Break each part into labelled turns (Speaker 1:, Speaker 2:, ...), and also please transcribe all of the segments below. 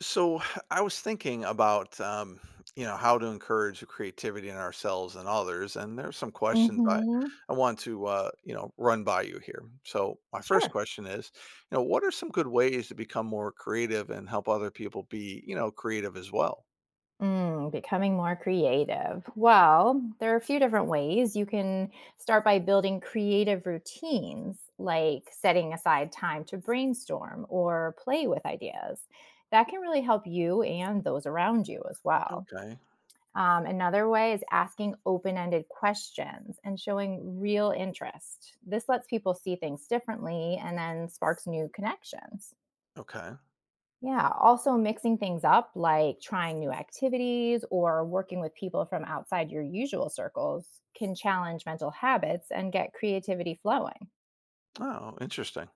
Speaker 1: So I was thinking about you know how to encourage creativity in ourselves and others, and there's some questions I
Speaker 2: Mhm.
Speaker 1: I want to you know run by you here. So my first
Speaker 2: Sure.
Speaker 1: question is, you know, what are some good ways to become more creative and help other people be you know creative as well?
Speaker 2: Mm, becoming more creative. Well, there are a few different ways. You can start by building creative routines, like setting aside time to brainstorm or play with ideas. That can really help you and those around you as well.
Speaker 1: Okay,
Speaker 2: Another way is asking open ended questions and showing real interest. This lets people see things differently and then sparks new connections.
Speaker 1: okay,
Speaker 2: Yeah, also mixing things up, like trying new activities or working with people from outside your usual circles, can challenge mental habits and get creativity flowing.
Speaker 1: oh, interesting.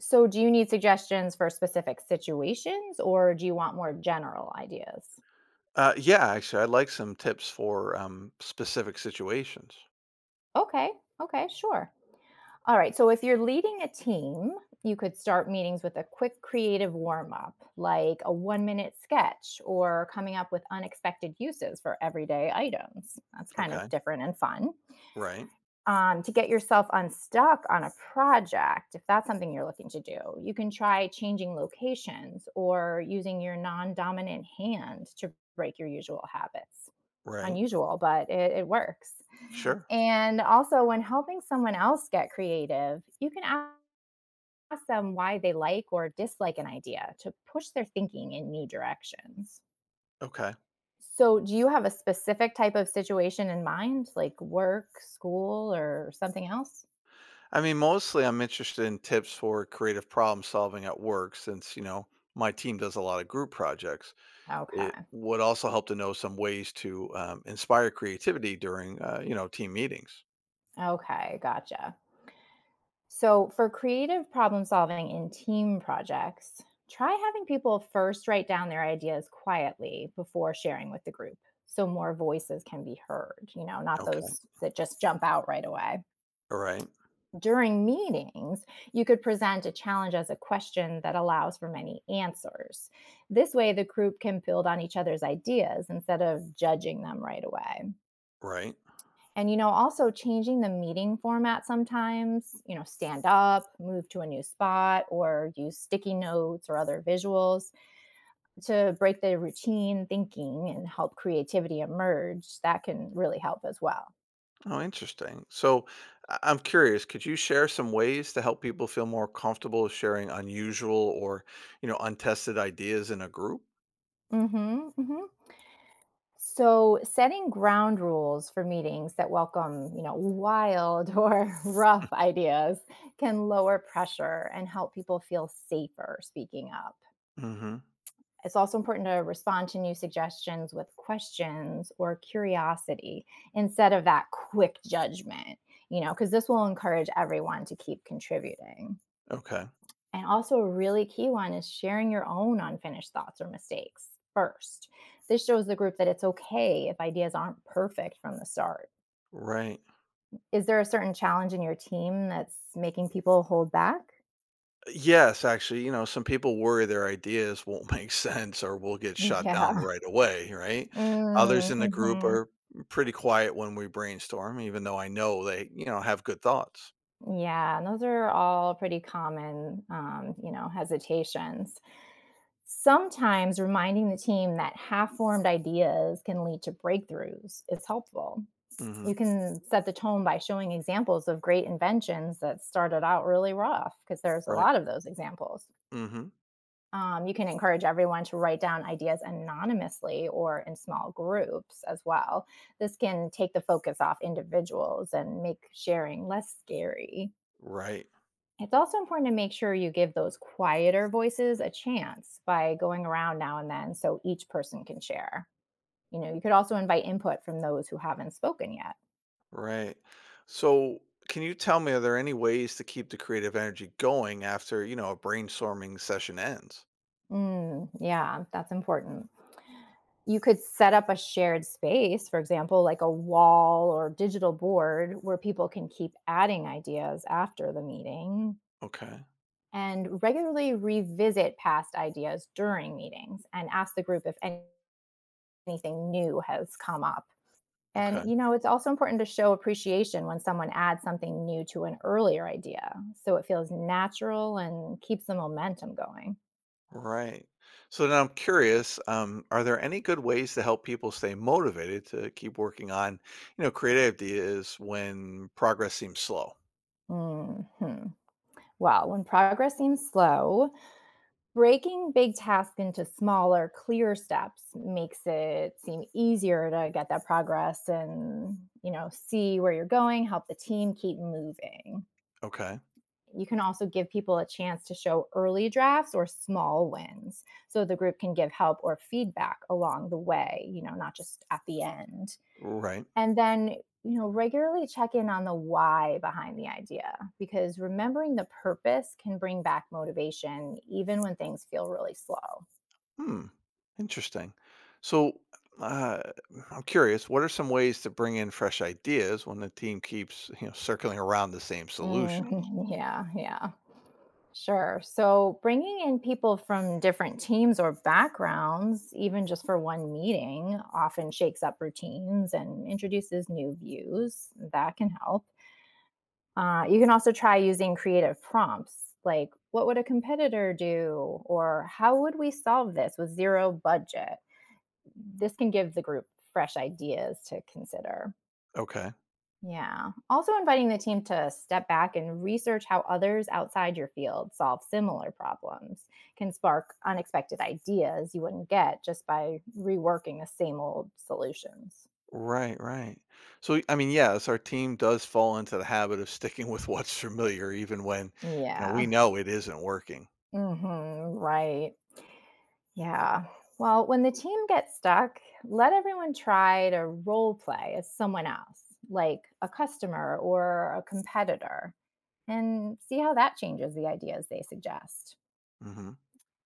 Speaker 2: So, do you need suggestions for specific situations or do you want more general ideas?
Speaker 1: Yeah, actually, I'd like some tips for specific situations.
Speaker 2: Okay, okay, sure. All right, so if you're leading a team, you could start meetings with a quick creative warm up, like a 1 minute sketch or coming up with unexpected uses for everyday items. That's kind of
Speaker 1: Okay,
Speaker 2: different and fun.
Speaker 1: right,
Speaker 2: To get yourself unstuck on a project, if that's something you're looking to do, you can try changing locations or using your non dominant hand to break your usual habits.
Speaker 1: right,
Speaker 2: Unusual, but it works.
Speaker 1: sure,
Speaker 2: And also, when helping someone else get creative, you can ask them why they like or dislike an idea to push their thinking in new directions.
Speaker 1: okay.
Speaker 2: So, do you have a specific type of situation in mind, like work, school, or something else?
Speaker 1: I mean, mostly I'm interested in tips for creative problem solving at work since, you know, my team does a lot of group projects. It
Speaker 2: Okay.
Speaker 1: would also help to know some ways to inspire creativity during, you know, team meetings.
Speaker 2: Okay. Gotcha. So, for creative problem solving in team projects, try having people first write down their ideas quietly before sharing with the group so more voices can be heard, you know, not
Speaker 1: Okay.
Speaker 2: those that just jump out right away.
Speaker 1: Right.
Speaker 2: During meetings, you could present a challenge as a question that allows for many answers. This way, the group can build on each other's ideas instead of judging them right away.
Speaker 1: Right.
Speaker 2: And, you know, also changing the meeting format sometimes, you know, stand up, move to a new spot, or use sticky notes or other visuals to break the routine thinking and help creativity emerge. That can really help as well.
Speaker 1: Oh, interesting. So I'm curious, could you share some ways to help people feel more comfortable sharing unusual or, you know, untested ideas in a group?
Speaker 2: Hmm. Hmm. So setting ground rules for meetings that welcome, you know, wild or rough ideas can lower pressure and help people feel safer speaking up.
Speaker 1: Hmm.
Speaker 2: It's also important to respond to new suggestions with questions or curiosity instead of that quick judgment, you know, because this will encourage everyone to keep contributing.
Speaker 1: Okay.
Speaker 2: And also, a really key one is sharing your own unfinished thoughts or mistakes first. This shows the group that it's okay if ideas aren't perfect from the start.
Speaker 1: Right.
Speaker 2: Is there a certain challenge in your team that's making people hold back?
Speaker 1: Yes, actually, you know, some people worry their ideas won't make sense or will get shut
Speaker 2: Yeah.
Speaker 1: down right away, right? Others
Speaker 2: Mm.
Speaker 1: in the group are
Speaker 2: Mm-hmm.
Speaker 1: pretty quiet when we brainstorm, even though I know they, you know, have good thoughts.
Speaker 2: Yeah, and those are all pretty common, you know, hesitations. Sometimes reminding the team that half formed ideas can lead to breakthroughs is helpful.
Speaker 1: Hmm.
Speaker 2: You can set the tone by showing examples of great inventions that started out really rough, because there's a
Speaker 1: Right.
Speaker 2: lot of those examples.
Speaker 1: Hmm.
Speaker 2: You can encourage everyone to write down ideas anonymously or in small groups as well. This can take the focus off individuals and make sharing less scary.
Speaker 1: Right.
Speaker 2: It's also important to make sure you give those quieter voices a chance by going around now and then so each person can share. You know, you could also invite input from those who haven't spoken yet.
Speaker 1: Right. So, can you tell me, are there any ways to keep the creative energy going after, you know, a brainstorming session ends?
Speaker 2: Mm, yeah, that's important. You could set up a shared space, for example, like a wall or digital board where people can keep adding ideas after the meeting,
Speaker 1: Okay.
Speaker 2: and regularly revisit past ideas during meetings and ask the group if anything new has come up. And,
Speaker 1: Okay.
Speaker 2: you know, it's also important to show appreciation when someone adds something new to an earlier idea so it feels natural and keeps the momentum going.
Speaker 1: Right. So now I'm curious, are there any good ways to help people stay motivated to keep working on, you know, creative ideas when progress seems slow?
Speaker 2: Hmm. Well, when progress seems slow, breaking big tasks into smaller, clear steps makes it seem easier to get that progress and, you know, see where you're going, help the team keep moving.
Speaker 1: Okay.
Speaker 2: You can also give people a chance to show early drafts or small wins so the group can give help or feedback along the way, you know, not just at the end.
Speaker 1: Right.
Speaker 2: And then, you know, regularly check in on the why behind the idea because remembering the purpose can bring back motivation even when things feel really slow.
Speaker 1: Hmm. Interesting. So uh, I'm curious, what are some ways to bring in fresh ideas when the team keeps, you know, circling around the same solution?
Speaker 2: Mm, yeah, yeah. Sure. So bringing in people from different teams or backgrounds, even just for one meeting, often shakes up routines and introduces new views. That can help. You can also try using creative prompts like, what would a competitor do? Or how would we solve this with zero budget? This can give the group fresh ideas to consider.
Speaker 1: Okay.
Speaker 2: Yeah. Also, inviting the team to step back and research how others outside your field solve similar problems can spark unexpected ideas you wouldn't get just by reworking the same old solutions.
Speaker 1: Right, right. So, I mean, yes, our team does fall into the habit of sticking with what's familiar, even when, you know, we
Speaker 2: Yeah.
Speaker 1: know it isn't working.
Speaker 2: Hmm. Right. Yeah. Well, when the team gets stuck, let everyone try to role play as someone else, like a customer or a competitor, and see how that changes the ideas they suggest.
Speaker 1: Mhm.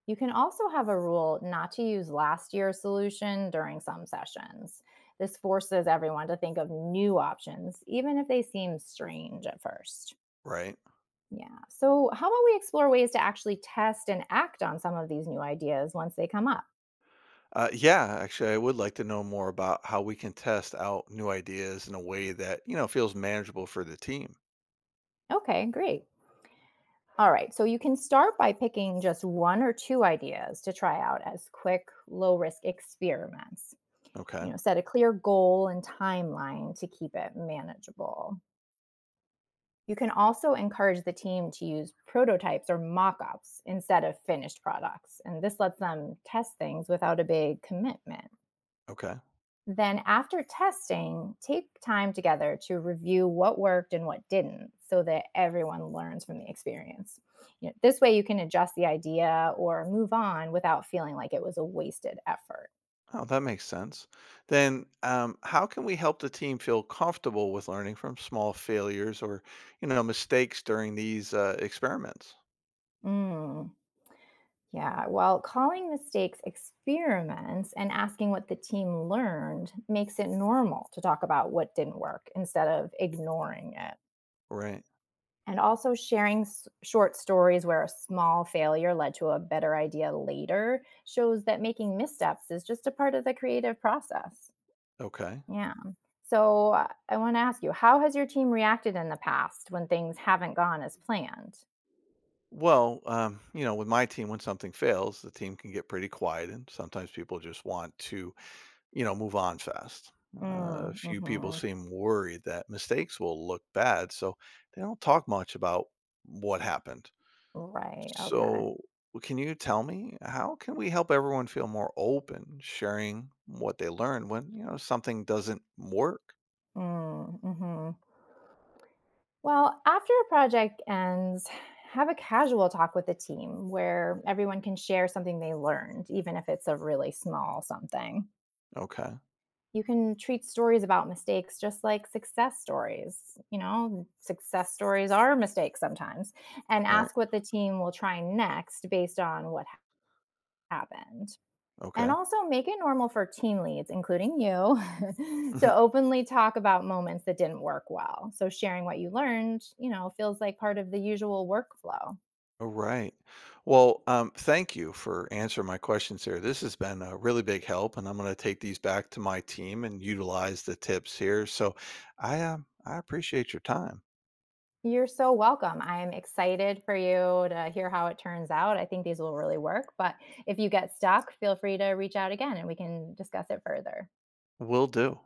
Speaker 2: You can also have a rule not to use last year's solution during some sessions. This forces everyone to think of new options, even if they seem strange at first.
Speaker 1: Right.
Speaker 2: Yeah. So, how about we explore ways to actually test and act on some of these new ideas once they come up?
Speaker 1: Yeah, actually, I would like to know more about how we can test out new ideas in a way that, you know, feels manageable for the team.
Speaker 2: Okay, great. All right. So, you can start by picking just one or two ideas to try out as quick, low risk experiments.
Speaker 1: Okay.
Speaker 2: You know, set a clear goal and timeline to keep it manageable. You can also encourage the team to use prototypes or mock ups instead of finished products. And this lets them test things without a big commitment.
Speaker 1: Okay.
Speaker 2: Then, after testing, take time together to review what worked and what didn't so that everyone learns from the experience. You know, this way, you can adjust the idea or move on without feeling like it was a wasted effort.
Speaker 1: Oh, that makes sense. Then, how can we help the team feel comfortable with learning from small failures or, you know, mistakes during these experiments?
Speaker 2: Mm. Yeah, well, calling mistakes experiments and asking what the team learned makes it normal to talk about what didn't work instead of ignoring it.
Speaker 1: Right.
Speaker 2: And also sharing short stories where a small failure led to a better idea later shows that making missteps is just a part of the creative process.
Speaker 1: Okay.
Speaker 2: Yeah. So I want to ask you, how has your team reacted in the past when things haven't gone as planned?
Speaker 1: Well, you know, with my team, when something fails, the team can get pretty quiet, and sometimes people just want to you know, move on fast.
Speaker 2: Mm.
Speaker 1: A few people
Speaker 2: Hmm.
Speaker 1: seem worried that mistakes will look bad, so they don't talk much about what happened.
Speaker 2: Right. Okay.
Speaker 1: So, can you tell me how can we help everyone feel more open sharing what they learned when, you know, something doesn't work?
Speaker 2: Mm, mhm. Well, after a project ends, have a casual talk with the team where everyone can share something they learned, even if it's a really small something.
Speaker 1: Okay.
Speaker 2: You can treat stories about mistakes just like success stories. You know, success stories are mistakes sometimes, and
Speaker 1: Right.
Speaker 2: ask what the team will try next based on what happened. And
Speaker 1: Okay.
Speaker 2: also make it normal for team leads, including you,
Speaker 1: Mhm.
Speaker 2: to openly talk about moments that didn't work well. So sharing what you learned, you know, feels like part of the usual workflow.
Speaker 1: All right. Well, thank you for answering my questions here. This has been a really big help, and I'm going to take these back to my team and utilize the tips here. So, I appreciate your time.
Speaker 2: You're so welcome. I'm excited for you to hear how it turns out. I think these will really work. But if you get stuck, feel free to reach out again and we can discuss it further.
Speaker 1: Will do.